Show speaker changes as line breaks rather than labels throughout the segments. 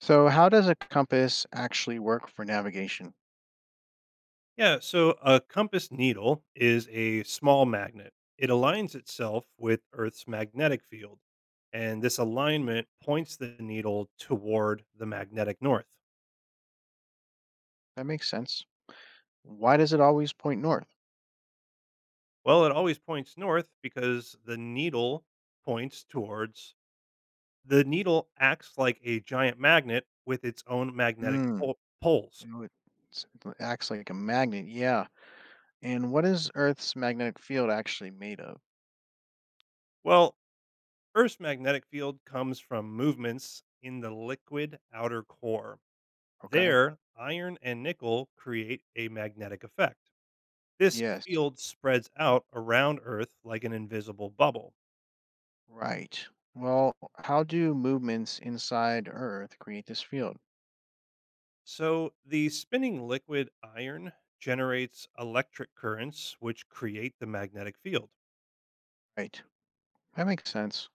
So, how does a compass actually work for navigation?
Yeah, so a compass needle is a small magnet. It aligns itself with Earth's magnetic field, and this alignment points the needle toward the magnetic north.
That makes sense. Why does it always point north?
Well, it always points north because points towards the needle acts like a giant magnet with its own magnetic
Mm.
poles.
You know, it's, it acts like a magnet. Yeah. And what is Earth's magnetic field actually made of?
Well, Earth's magnetic field comes from movements in the liquid outer core.
Okay.
There, iron and nickel create a magnetic effect. This
Yes.
field spreads out around Earth like an invisible bubble.
Right. Well, how do movements inside Earth create this field?
So, the spinning liquid iron generates electric currents, which create the magnetic field.
Right. That makes sense.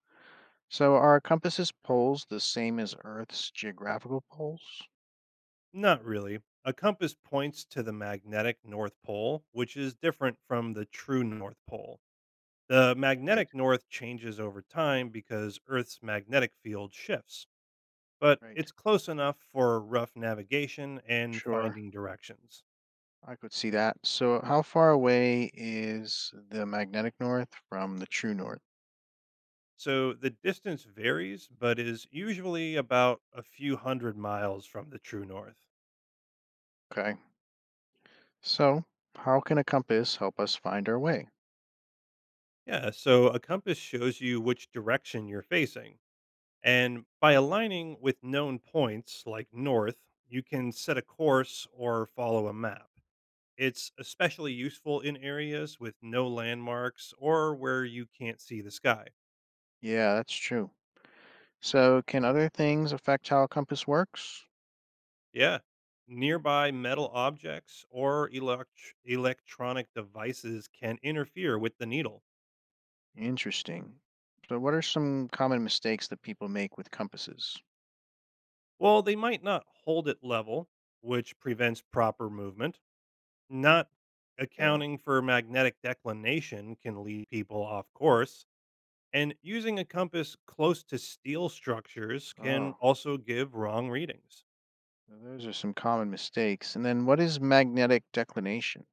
So are compasses poles the same as Earth's geographical poles?
Not really. A compass points to the magnetic North Pole, which is different from the true North Pole. The
Right,
magnetic North changes over time because Earth's magnetic field shifts, but
right.
it's close enough for rough navigation and
Sure,
finding directions.
I could see that. So how far away is the magnetic north from the true north?
So the distance varies, but is usually about a few hundred miles from the true north.
Okay. So how can a compass help us find our way?
Yeah, so a compass shows you which direction you're facing. And by aligning with known points like north, you can set a course or follow a map. It's especially useful in areas with no landmarks or where you can't see the sky.
Yeah, that's true. So, can other things affect how a compass works?
Yeah. Nearby metal objects or electronic devices can interfere with the needle.
Interesting. So, what are some common mistakes that people make with compasses?
Well, they might not hold it level, which prevents proper movement. Not
Yeah.
accounting for magnetic declination can lead people off course. And using a compass close to steel structures can
Oh,
also give wrong readings.
so those are some common mistakes. And then, what is magnetic declination?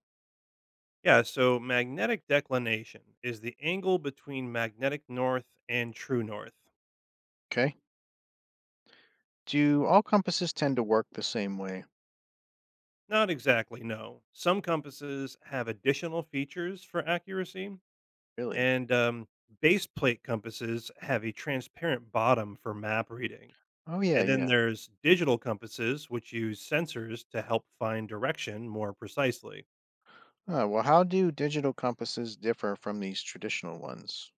Yeah, so magnetic declination is the angle between magnetic north and true north.
Okay. Do all compasses tend to work the same way?
Not exactly, no. Some compasses have additional features for accuracy,
Really?
and base plate compasses have a transparent bottom for map reading.
Oh, yeah,
And then
yeah.
there's digital compasses, which use sensors to help find direction more precisely.
Oh, well, how do digital compasses differ from these traditional ones?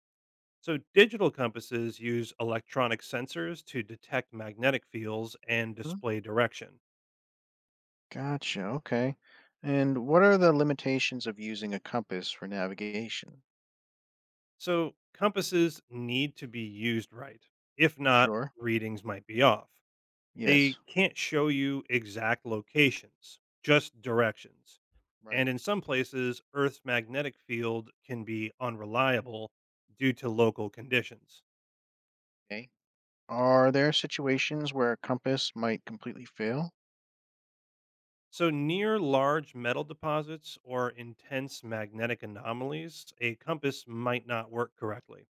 So, digital compasses use electronic sensors to detect magnetic fields and
Hmm.
display direction.
Gotcha. Okay. And what are the limitations of using a compass for navigation?
So, compasses need to be used right. If not,
Sure.
readings might be off. They
Yes.
can't show you exact locations, just directions. And
Right.
in some places, Earth's magnetic field can be unreliable due to local conditions.
Okay. Are there situations where a compass might completely fail?
So, near large metal deposits or intense magnetic anomalies, a compass might not work correctly.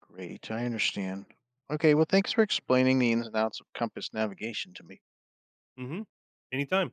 Great, I understand. Okay, well, thanks for explaining the ins and outs of compass navigation to me.
Hmm. Anytime.